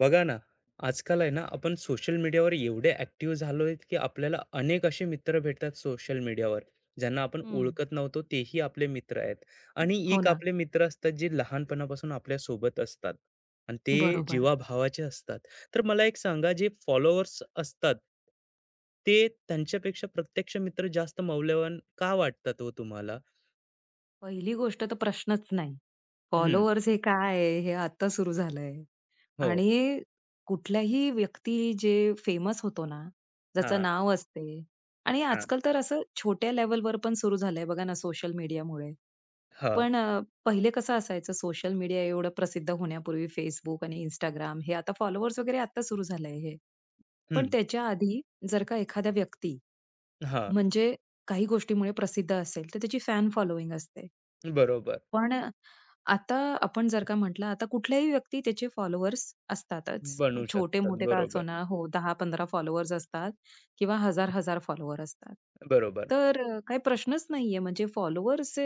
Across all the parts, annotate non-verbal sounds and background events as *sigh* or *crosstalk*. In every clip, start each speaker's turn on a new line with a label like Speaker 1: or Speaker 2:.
Speaker 1: बघा ना, आजकाल आहे ना, आपण सोशल मीडियावर एवढे ॲक्टिव्ह झालोय, की आपल्याला अनेक असे मित्र भेटतात सोशल मीडियावर, ज्यांना आपण
Speaker 2: हं.
Speaker 1: ओळखत नव्हतो, तेही आपले मित्र आहेत. आणि
Speaker 2: हो
Speaker 1: एक
Speaker 2: ना,
Speaker 1: आपले मित्र असतात, जे लहानपणापासून आपल्यासोबत असतात आणि ते
Speaker 2: बरोबर.
Speaker 1: जीवाभावाचे असतात. तर मला एक सांगा, जे फॉलोअर्स असतात, ते त्यांच्यापेक्षा प्रत्यक्ष मित्र जास्त मौल्यवान का वाटतात हो तुम्हाला?
Speaker 2: पहिली गोष्ट तर प्रश्नच नाही.
Speaker 1: हं,
Speaker 2: फॉलोअर्स हे काय आहे? हे आता सुरू झालंय.
Speaker 1: हो.
Speaker 2: आणि कुठल्याही व्यक्ती जे फेमस होतो ना, ज्याचं
Speaker 1: हां,
Speaker 2: नाव असते आणि
Speaker 1: हां,
Speaker 2: आजकाल तर असं छोट्या लेव्हलवर पण सुरू झालंय बघा ना सोशल मीडियामुळे.
Speaker 1: हां.
Speaker 2: पण पहिले कसं असायचं सोशल मीडिया एवढं प्रसिद्ध होण्यापूर्वी Facebook आणि Instagram हे आता फॉलोअर्स वगैरे आता सुरू झालंय हे. पण
Speaker 1: हं,
Speaker 2: त्याच्या आधी जर का एखाद्या व्यक्ती
Speaker 1: हां.
Speaker 2: म्हणजे काही गोष्टीमुळे प्रसिद्ध असेल, तर त्याची फॅन फॉलोइंग असते.
Speaker 1: बरोबर.
Speaker 2: पण आता आपण जर का म्हटलं, आता कुठल्याही व्यक्ती त्याचे फॉलोवर्स असतातच.
Speaker 1: बनू शकतात.
Speaker 2: छोटे-मोठे का
Speaker 1: बरोबर.
Speaker 2: असोना हो, 10-15 फॉलोवर्स असतात किंवा हजार-हजार फॉलोवर असतात.
Speaker 1: बरोबर.
Speaker 2: तर काही प्रश्नच नाहीये. म्हणजे फॉलोवर्स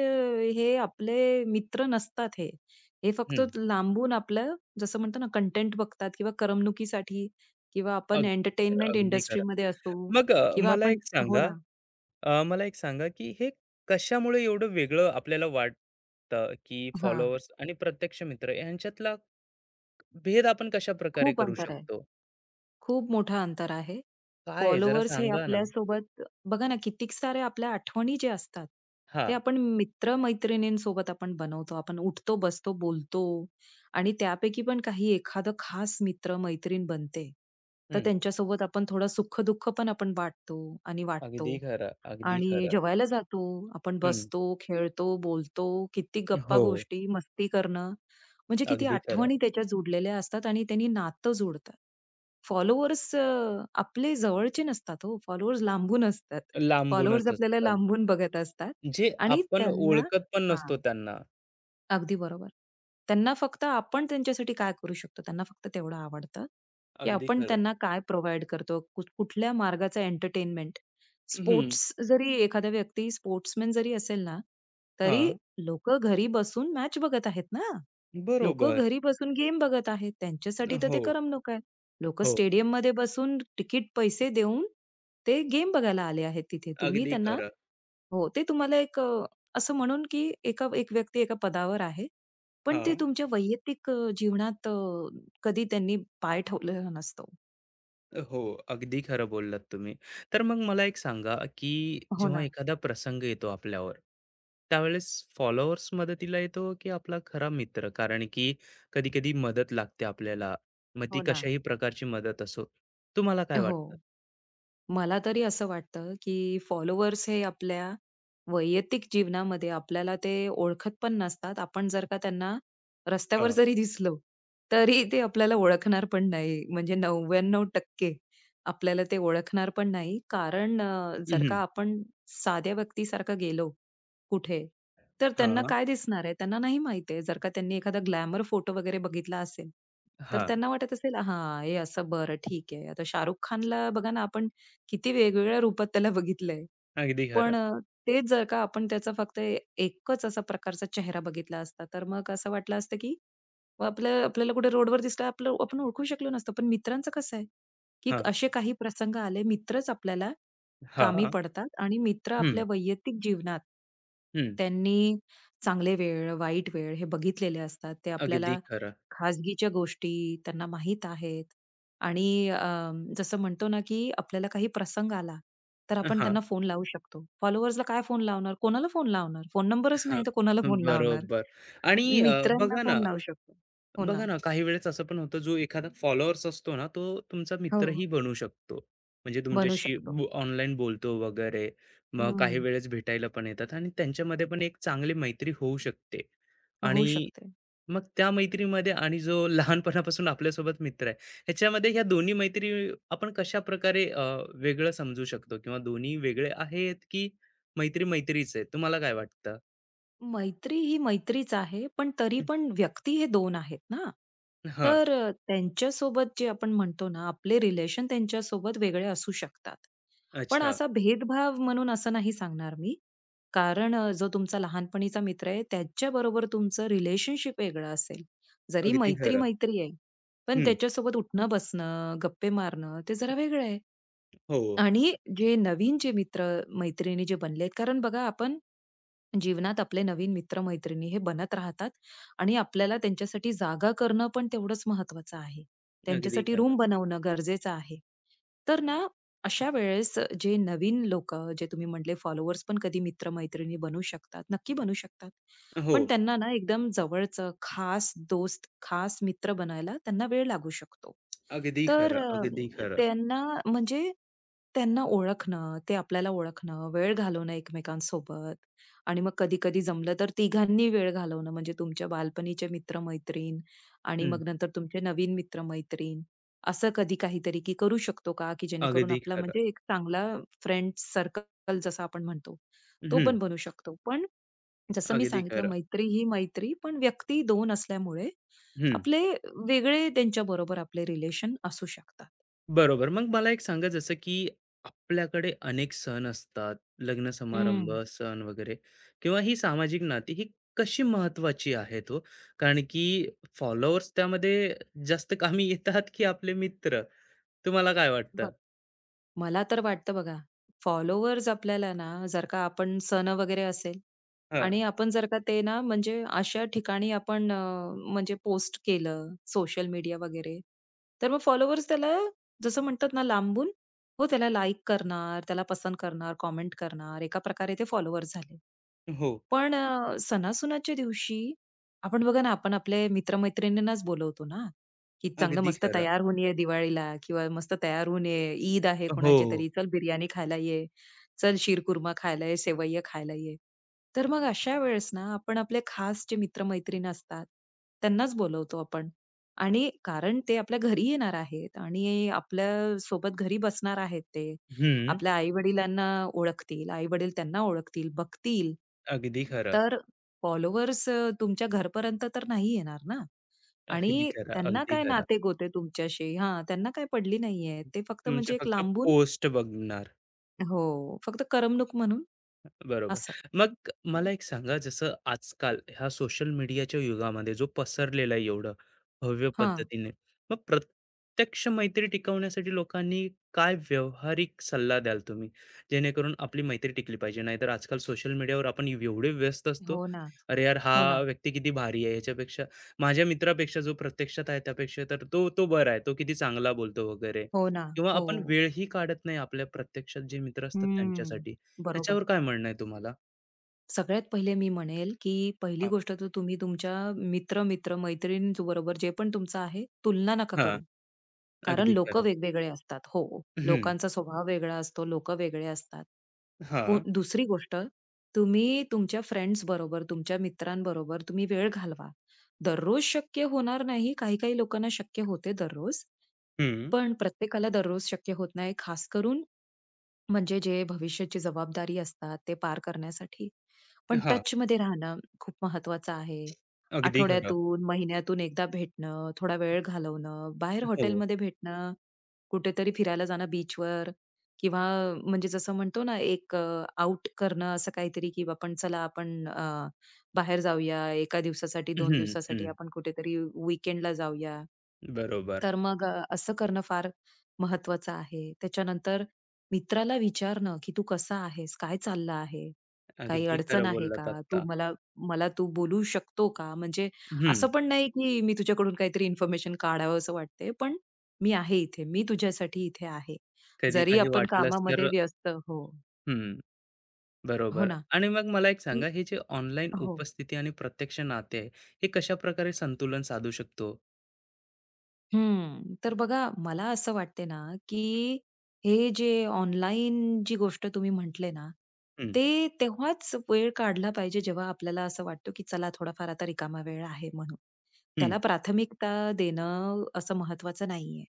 Speaker 2: हे आपले मित्र नसतात हे. हे फक्त
Speaker 1: हं.
Speaker 2: लांबून आपलं जसं म्हणतो ना, कंटेंट बघतात किंवा करमणुकीसाठी किंवा आपण
Speaker 1: अगदी खरं,
Speaker 2: एंटरटेनमेंट
Speaker 1: अगदी खरं.
Speaker 2: इंडस्ट्रीमध्ये असू
Speaker 1: मग
Speaker 2: किंवा
Speaker 1: मला
Speaker 2: आपण
Speaker 1: एक
Speaker 2: हो
Speaker 1: सांगा
Speaker 2: ना.
Speaker 1: मला एक सांगा, की हे कशामुळे एवढं वेगळं आपल्याला वाटतं, की
Speaker 2: हां.
Speaker 1: फॉलोअर्स आणि प्रत्यक्ष मित्र यांच्यातला भेद आपण कशा प्रकारे
Speaker 2: खूप
Speaker 1: करू
Speaker 2: अंतर आहे.
Speaker 1: शकतो?
Speaker 2: खूप मोठं अंतर आहे.
Speaker 1: काय आहे जरा
Speaker 2: फॉलोवर्स हे
Speaker 1: सांगा ना?
Speaker 2: आपल्यासोबत बघा ना, कितीक सारे आपल्या आठवणी जे असतात, ते
Speaker 1: हां.
Speaker 2: आपण मित्र-मैत्रिणींसोबत आपण बनवतो. आपण उठतो, बसतो, बोलतो आणि त्यापैकी पण काही एखादं खास मित्र-मैत्रीण बनते. तर
Speaker 1: हं.
Speaker 2: त्यांच्यासोबत आपण थोडं सुख-दुःख पण आपण वाटतो आणि
Speaker 1: अगदी
Speaker 2: वाटतो.
Speaker 1: खरं, अगदी
Speaker 2: आणि
Speaker 1: खरं.
Speaker 2: जेवायला जातो. आपण
Speaker 1: हं.
Speaker 2: बसतो, खेळतो, बोलतो, किती
Speaker 1: हो,
Speaker 2: गप्पा-गोष्टी, मस्ती करणं. म्हणजे किती
Speaker 1: अगदी खरं.
Speaker 2: आठवणी त्याच्यात जुडलेल्या असतात आणि त्यांनी नातं जुडतात. फॉलोअर्स आपले जवळचे नसतात हो. फॉलोअर्स लांबून असतात. फॉलोअर्स
Speaker 1: लांबूनच
Speaker 2: आपल्याला
Speaker 1: असतात.
Speaker 2: लांबून बघत असतात
Speaker 1: जे
Speaker 2: आणि
Speaker 1: आपण
Speaker 2: त्यांना
Speaker 1: ओळखत पण नसतो
Speaker 2: हां.
Speaker 1: त्यांना.
Speaker 2: अगदी बरोबर. त्यांना फक्त आपण त्यांच्यासाठी काय करू शकतो, त्यांना फक्त तेवढं आवडतं, की
Speaker 1: अगदी
Speaker 2: आपण
Speaker 1: खरं.
Speaker 2: त्यांना काय प्रोव्हाईड करतो, कुठ कुठल्या मार्गाचं एंटरटेनमेंट.
Speaker 1: हं.
Speaker 2: स्पोर्ट्स जरी एखादा व्यक्ती स्पोर्ट्समन जरी असेल ना, तरी
Speaker 1: हां.
Speaker 2: लोक घरी बसून मॅच बघत आहेत ना. लोकं
Speaker 1: बरोबर.
Speaker 2: घरी बसून गेम बघत आहेत. त्यांच्यासाठी तर ते
Speaker 1: हो,
Speaker 2: करमणूक आहे. लोकं
Speaker 1: हो.
Speaker 2: स्टेडियममध्ये बसून तिकीट पैसे देऊन ते गेम बघायला आले आहेत तिथे. तुम्ही
Speaker 1: अगदी
Speaker 2: त्यांना
Speaker 1: खरं.
Speaker 2: हो, ते तुम्हाला एक असं म्हणून की एका एक व्यक्ती एका पदावर आहे. पण ते
Speaker 1: हां.
Speaker 2: तुमच्या वैयक्तिक जीवनात कधी त्यांनी पाय ठेवलेला नसतो.
Speaker 1: हो, अगदी खरं बोललात तुम्ही. तर मग मला एक सांगा, की
Speaker 2: हो
Speaker 1: जेव्हा
Speaker 2: ना.
Speaker 1: एखादा प्रसंग येतो आपल्यावर, त्यावेळेस फॉलोअर्स मदतीला येतो, की आपला खरा मित्र? कारण की कधी-कधी मदत लागते आपल्याला. मग ती
Speaker 2: हो ना.
Speaker 1: कशाही प्रकारची मदत असो. तुम्हाला काय
Speaker 2: हो.
Speaker 1: वाटतं?
Speaker 2: मला तरी असं वाटतं, की फॉलोवर्स हे आपल्या वैयक्तिक जीवनामध्ये आपल्याला ते ओळखत पण नसतात. आपण जर का त्यांना रस्त्यावर
Speaker 1: हां.
Speaker 2: जरी दिसलो, तरी ते आपल्याला ओळखणार पण नाही. म्हणजे 99% आपल्याला ते ओळखणार पण नाही. कारण जर का
Speaker 1: हं.
Speaker 2: आपण साध्या व्यक्तीसारखं गेलो कुठे, तर त्यांना
Speaker 1: हां,
Speaker 2: काय दिसणार आहे? त्यांना नाही माहिती आहे. जर का त्यांनी एखादा ग्लॅमर फोटो वगैरे बघितला असेल, तर
Speaker 1: हां.
Speaker 2: त्यांना वाटत असेल, "हां, हे असं बरं ठीक आहे." आता शाहरुख खानला बघा ना, आपण किती वेगवेगळ्या रूपात त्याला बघितलंय.
Speaker 1: अगदी
Speaker 2: पण
Speaker 1: खरं.
Speaker 2: तेच जर का आपण त्याचा फक्त एकच असा प्रकारचा चेहरा बघितला असता, तर मग असं वाटलं असतं, की मग आपलं आपल्याला कुठे रोडवर दिसला आपलं आपण ओळखू शकलो नसतो. पण मित्रांचं कसं आहे, की
Speaker 1: हां,
Speaker 2: असे काही प्रसंग आले, मित्रच आपल्याला कामी
Speaker 1: हां.
Speaker 2: पडतात आणि मित्र
Speaker 1: हं,
Speaker 2: आपल्या वैयक्तिक जीवनात
Speaker 1: हं.
Speaker 2: त्यांनी चांगले वेळ, वाईट वेळ हे बघितलेले असतात. ते
Speaker 1: अगदी
Speaker 2: आपल्याला
Speaker 1: खरं.
Speaker 2: खाजगीच्या गोष्टी त्यांना माहीत आहेत आणि जसं म्हणतो ना, की आपल्याला काही प्रसंग आला, तर आपण
Speaker 1: हां,
Speaker 2: त्यांना फोन लावू शकतो. फॉलोअर्सला काय फोन लावणार? कोणाला फोन लावणार? फोन नंबरच नाही
Speaker 1: हां.
Speaker 2: तर कोणाला फोन लावणार?
Speaker 1: बरोबर. आणि
Speaker 2: मित्रांना
Speaker 1: बघा ना
Speaker 2: फोन लावू शकतो. हो ना.
Speaker 1: बघा ना, काही वेळेस असं पण होतं, जो एखादा फॉलोअर्स असतो ना, तो तुमचा
Speaker 2: हो.
Speaker 1: मित्रही बनू शकतो. म्हणजे
Speaker 2: बनू
Speaker 1: तुमच्याशी
Speaker 2: शकतो.
Speaker 1: ऑनलाईन बोलतो वगैरे. मग काही
Speaker 2: हं.
Speaker 1: वेळेस भेटायला पण येतात आणि त्यांच्यामध्ये पण एक चांगली मैत्री होऊ शकते.
Speaker 2: होऊ
Speaker 1: आणि
Speaker 2: शकते.
Speaker 1: मग त्या मैत्रीमध्ये आणि जो *laughs* लहानपणापासून आपल्यासोबत मित्र आहे, ह्याच्यामध्ये ह्या दोन्ही मैत्री आपण कशाप्रकारे वेगळं समजू शकतो किंवा दोन्ही वेगळे आहेत, की मैत्री-मैत्रीच आहे? तुम्हाला काय वाटतं?
Speaker 2: मैत्री ही मैत्रीच आहे, पण तरी
Speaker 1: हं.
Speaker 2: पण व्यक्ती हे 2 आहेत ना. तर त्यांच्यासोबत जे आपण म्हणतो ना, आपले रिलेशन त्यांच्यासोबत वेगळे असू शकतात. पण
Speaker 1: अच्छा.
Speaker 2: असा भेदभाव म्हणून असं नाही सांगणार मी. कारण जो तुमचा लहानपणीचा मित्र आहे, त्याच्याबरोबर तुमचं रिलेशनशिप वेगळं असेल. जरी
Speaker 1: अगदी खरं.
Speaker 2: मैत्री-मैत्री आहे, पण
Speaker 1: हं.
Speaker 2: त्याच्यासोबत उठणं-बसणं, गप्पे मारणं ते जरा वेगळं आहे.
Speaker 1: हो.
Speaker 2: आणि जे नवीन जे मित्र-मैत्रिणी जे बनलेत, कारण बघा आपण जीवनात आपले नवीन मित्र-मैत्रिणी हे बनत राहतात आणि आपल्याला त्यांच्यासाठी जागा करणं पण तेवढंच महत्वाचं आहे.
Speaker 1: अगदी
Speaker 2: त्यांच्यासाठी रूम
Speaker 1: खरं.
Speaker 2: बनवणं गरजेचं आहे. तर ना, अशा वेळेस जे नवीन लोकं, जे तुम्ही म्हटले फॉलोवर्स पण कधी मित्र बनू शकतात, नक्की बनू शकतात.
Speaker 1: हो,
Speaker 2: पण त्यांना ना एकदम जवळचं खास दोस्त, खास मित्र बनायला त्यांना वेळ लागू शकतो.
Speaker 1: अगदी
Speaker 2: तर
Speaker 1: खरं, अगदी खरं.
Speaker 2: त्यांना म्हणजे त्यांना ओळखणं, ते आपल्याला ओळखणं, वेळ घालवणं एकमेकांसोबत आणि मग कधी-कधी जमलं तर तिघांनी वेळ घालवणं, म्हणजे तुमच्या बालपणीचे मित्र-मैत्रीण आणि
Speaker 1: हं,
Speaker 2: मग नंतर तुमचे नवीन मित्र-मैत्रीण, असं कधी काहीतरी की करू शकतो का, की जेणेकरून
Speaker 1: अगदी
Speaker 2: आपला
Speaker 1: खरं.
Speaker 2: म्हणजे एक चांगला फ्रेंड सर्कल जसं आपण म्हणतो, तो
Speaker 1: हं,
Speaker 2: पण बनू शकतो. पण जसं मी
Speaker 1: अगदी
Speaker 2: सांगितलं
Speaker 1: खरं.
Speaker 2: मैत्री ही मैत्री, पण व्यक्ती 2 असल्यामुळे
Speaker 1: हं,
Speaker 2: आपले वेगळे त्यांच्याबरोबर आपले रिलेशन असू शकतात.
Speaker 1: बरोबर. मग मला एक सांगा जसं की आपल्याकडे अनेक सण असतात, लग्न समारंभ,
Speaker 2: हं.
Speaker 1: सण वगैरे किंवा ही सामाजिक नाती ही कशी महत्वाची आहेत हो? कारण की फॉलोअर्स त्यामध्ये जास्त कामी *laughs* येतात की आपले मित्र? तुम्हाला काय
Speaker 2: बघ,
Speaker 1: वाटतं?
Speaker 2: मला तर वाटतं बघा, फॉलोवर्स आपल्याला ना, जर का आपण सण वगैरे असेल,
Speaker 1: हां,
Speaker 2: आणि आपण जर का ते ना म्हणजे अशा ठिकाणी आपण म्हणजे पोस्ट केलं सोशल मीडिया वगैरे, तर मग फॉलोवर्स त्याला जसं म्हणतात ना लांबून हो, त्याला लाइक करणार, त्याला पसंत करणार, कमेंट करणार. एका प्रकारे ते फॉलोवर्स झाले.
Speaker 1: हो,
Speaker 2: पण सणासुनाच्या दिवशी आपण बघा ना, आपण आपल्या मित्रमैत्रिणींनाच बोलवतो ना, की चांगलं
Speaker 1: अगदी
Speaker 2: मस्त
Speaker 1: खरं.
Speaker 2: तयार होऊन ये दिवाळीला किंवा मस्त तयार होऊन ये. ईद आहे कोणाच्या
Speaker 1: हो,
Speaker 2: तरी, चल बिर्याणी खायला ये, चल शीरकुर्मा खायला ये, सेवैया खायला ये. तर मग अशा वेळेस ना, आपण आपले खास जे मित्रमैत्रीण असतात, त्यांनाच बोलवतो आपण आणि कारण ते आपल्या घरी येणार आहेत आणि आपल्या सोबत घरी बसणार आहेत ते.
Speaker 1: हं,
Speaker 2: आपल्या आई-वडिलांना ओळखतील, आई-वडील त्यांना ओळखतील, बघतील.
Speaker 1: अगदी खरं,
Speaker 2: तर फॉलोवर्स तुमच्या घरापर्यंत तर नाही येणार ना
Speaker 1: अगदी
Speaker 2: आणि
Speaker 1: खरं,
Speaker 2: त्यांना
Speaker 1: अगदी
Speaker 2: काय
Speaker 1: खरं.
Speaker 2: नाते-गोते तुमच्याशी हां, त्यांना काय पडली नाहीये. ते फक्त
Speaker 1: तुमचे
Speaker 2: म्हणजे एक
Speaker 1: फक्त
Speaker 2: लांबून
Speaker 1: पोस्ट बघणार.
Speaker 2: हो, फक्त करमणूक म्हणून
Speaker 1: बरोबर.
Speaker 2: असं.
Speaker 1: मग मला एक सांगा, जसं आजकाल ह्या सोशल मीडियाच्या युगामध्ये जो पसरलेला आहे एवढं भव्य
Speaker 2: हां.
Speaker 1: पद्धतीने, मग प्रत्यक्ष मैत्री टिकवण्यासाठी लोकांनी काय व्यावहारिक सल्ला द्याल तुम्ही? जेणेकरून आपली मैत्री टिकली पाहिजे. नाहीतर आजकाल सोशल मीडियावर आपण एवढे व्यस्त असतो.
Speaker 2: हो ना,
Speaker 1: "अरे यार,
Speaker 2: हो
Speaker 1: हा
Speaker 2: ना,
Speaker 1: व्यक्ती किती भारी आहे. ह्याच्यापेक्षा माझ्या मित्रापेक्षा जो प्रत्यक्षात आहे त्यापेक्षा तर तो तो बरा आहे. तो किती चांगला बोलतो वगैरे."
Speaker 2: हो ना,
Speaker 1: किंवा
Speaker 2: हो.
Speaker 1: आपण वेळही काढत नाही आपल्या प्रत्यक्षात जे मित्र असतात
Speaker 2: हं,
Speaker 1: त्यांच्यासाठी. त्याच्यावर
Speaker 2: बरोबर.
Speaker 1: काय म्हणणं आहे तुम्हाला?
Speaker 2: सगळ्यात पहिले मी म्हणेल, की पहिली
Speaker 1: हां,
Speaker 2: गोष्ट तर तुम्ही तुमच्या मित्र-मित्र, मैत्रिणींबरोबर जे पण तुमचं आहे, तुलना नका
Speaker 1: हां,
Speaker 2: करू. कारण
Speaker 1: अगदी
Speaker 2: लोकं
Speaker 1: खरं.
Speaker 2: वेगवेगळे असतात. हो,
Speaker 1: हं,
Speaker 2: लोकांचा स्वभाव वेगळा असतो, लोकं वेगळे असतात.
Speaker 1: हां,
Speaker 2: दुसरी गोष्ट, तुम्ही तुमच्या फ्रेंड्स बरोबर, तुमच्या मित्रांबरोबर तुम्ही वेळ घालवा. दररोज शक्य होणार नाही, काही-काही लोकांना शक्य होते दररोज.
Speaker 1: हं,
Speaker 2: पण प्रत्येकाला दररोज शक्य होत नाही. खास करून म्हणजे जे भविष्याची जबाबदारी असतात ते पार करण्यासाठी. पण
Speaker 1: हां,
Speaker 2: टचमध्ये राहणं खूप महत्वाचं आहे.
Speaker 1: अगदी खरं.
Speaker 2: आठवड्यातून, महिन्यातून एकदा भेटणं, थोडा वेळ घालवणं, बाहेर
Speaker 1: हो,
Speaker 2: हॉटेलमध्ये भेटणं, कुठेतरी फिरायला जाणं बीचवर किंवा म्हणजे जसं म्हणतो ना, एक आउट करणं असं काहीतरी, की आपण चला आपण बाहेर जाऊया, एका दिवसासाठी, 2
Speaker 1: हं,
Speaker 2: दिवसासाठी
Speaker 1: हं,
Speaker 2: आपण कुठेतरी वीकेंडला जाऊया.
Speaker 1: बरोबर.
Speaker 2: तर मग असं करणं फार महत्वाचं आहे. त्याच्यानंतर मित्राला विचारणं, की "तू कसा आहेस? काय चाललं आहे? काही
Speaker 1: अगदी
Speaker 2: अडचण
Speaker 1: खरं
Speaker 2: आहे का?
Speaker 1: बोललात
Speaker 2: तू
Speaker 1: आत्ता.
Speaker 2: मला मला तू बोलू शकतो का?" म्हणजे
Speaker 1: हं,
Speaker 2: असं पण नाही, की मी तुझ्याकडून काहीतरी इन्फॉर्मेशन काढावंसं वाटते, पण मी आहे इथे. मी तुझ्यासाठी इथे आहे.
Speaker 1: कधी
Speaker 2: जरी
Speaker 1: काही
Speaker 2: आपण
Speaker 1: वाटलंच
Speaker 2: कामामध्ये
Speaker 1: तर
Speaker 2: व्यस्त हो.
Speaker 1: हं,
Speaker 2: हो
Speaker 1: बरोबर.
Speaker 2: ना.
Speaker 1: आणि मग मला एक
Speaker 2: हं.
Speaker 1: सांगा, हे जे ऑनलाईन
Speaker 2: हो.
Speaker 1: उपस्थिती आणि प्रत्यक्ष नाते आहे, हे कशाप्रकारे संतुलन साधू शकतो?
Speaker 2: हम्म. तर बघा मला असं वाटते ना, की हे जे ऑनलाईन जी गोष्ट तुम्ही म्हटले ना,
Speaker 1: हं,
Speaker 2: ते तेव्हाच वेळ काढला पाहिजे जेव्हा आपल्याला असं वाटतं, की चला थोडाफार आता रिकामा वेळ आहे म्हणून.
Speaker 1: हं,
Speaker 2: त्याला प्राथमिकता देणं असं महत्वाचं नाहीये.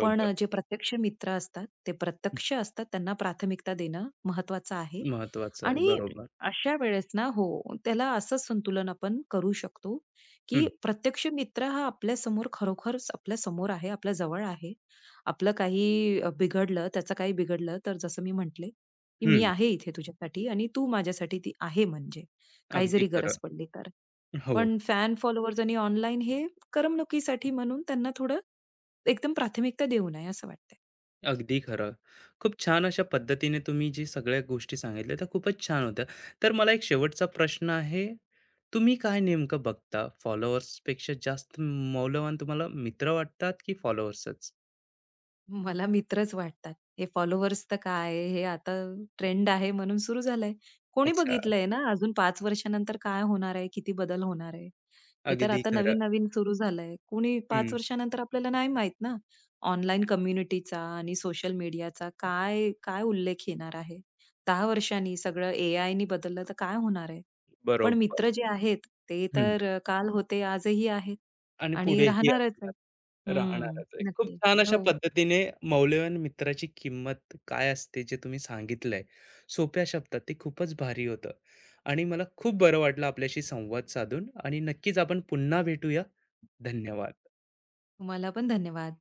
Speaker 2: पण जे प्रत्यक्ष मित्र असतात, ते प्रत्यक्ष असतात, त्यांना प्राथमिकता देणं महत्वाचं आहे.
Speaker 1: महत्वाचं आहे.
Speaker 2: आणि
Speaker 1: बरोबर.
Speaker 2: अशा वेळेस ना हो, त्याला असं संतुलन आपण करू शकतो, की
Speaker 1: हं,
Speaker 2: प्रत्यक्ष मित्र हा आपल्यासमोर खरोखरच आपल्यासमोर आहे, आपल्या जवळ आहे. आपलं काही बिघडलं, त्याचं काही बिघडलं, तर जसं मी म्हटले, की "मी
Speaker 1: हं,
Speaker 2: आहे इथे तुझ्यासाठी आणि तू माझ्यासाठी ती आहे" म्हणजे, काही
Speaker 1: अगदी
Speaker 2: जरी गरज
Speaker 1: खरं.
Speaker 2: पडली तर.
Speaker 1: हो.
Speaker 2: पण फॅन फॉलोअर्स आणि ऑनलाईन हे करमणुकीसाठी म्हणून त्यांना थोडं एकदम प्राथमिकता देऊ नये असं वाटतंय.
Speaker 1: अगदी खरं. खूप छान अशा पद्धतीने तुम्ही जी सगळ्या गोष्टी सांगितल्या त्या खूपच छान होत्या. तर मला एक शेवटचा प्रश्न आहे. तुम्ही काय नेमकं बघता? फॉलोअर्स पेक्षा जास्त मौल्यवान तुम्हाला मित्र वाटतात की फॉलोअर्सच?
Speaker 2: मला मित्रच वाटतात. हे फॉलोवर्स तर काय, हे आता ट्रेंड आहे म्हणून सुरू झालंय. कोणी
Speaker 1: अच्छा.
Speaker 2: बघितलंय ना, अजून 5 वर्षानंतर काय होणार आहे, किती बदल होणार आहे. हे तर
Speaker 1: अगदी
Speaker 2: आता
Speaker 1: खरं.
Speaker 2: नवीन-नवीन सुरू झालंय. कोणी पाच
Speaker 1: हं.
Speaker 2: वर्षानंतर आपल्याला नाही माहीत ना, ऑनलाईन कम्युनिटीचा आणि सोशल मीडियाचा काय काय उल्लेख येणार आहे. 10 वर्षांनी सगळं एआयनी बदललं तर काय होणार आहे. पण
Speaker 1: बरोबर.
Speaker 2: मित्र जे आहेत, ते
Speaker 1: हं.
Speaker 2: तर काल होते आजही आहेत
Speaker 1: आणि
Speaker 2: आणि
Speaker 1: पुढेही
Speaker 2: राहणारच
Speaker 1: असणार.
Speaker 2: आहेत. हं,
Speaker 1: राहणारच आहे. खूप
Speaker 2: नक्की.
Speaker 1: छान अशा
Speaker 2: हो.
Speaker 1: पद्धतीने मौल्यवान मित्राची किंमत काय असते जे तुम्ही सांगितलंय सोप्या शब्दात ते खूपच भारी होतं आणि मला खूप बरं वाटलं आपल्याशी संवाद साधून आणि नक्कीच आपण पुन्हा भेटूया. धन्यवाद.
Speaker 2: तुम्हाला पण धन्यवाद.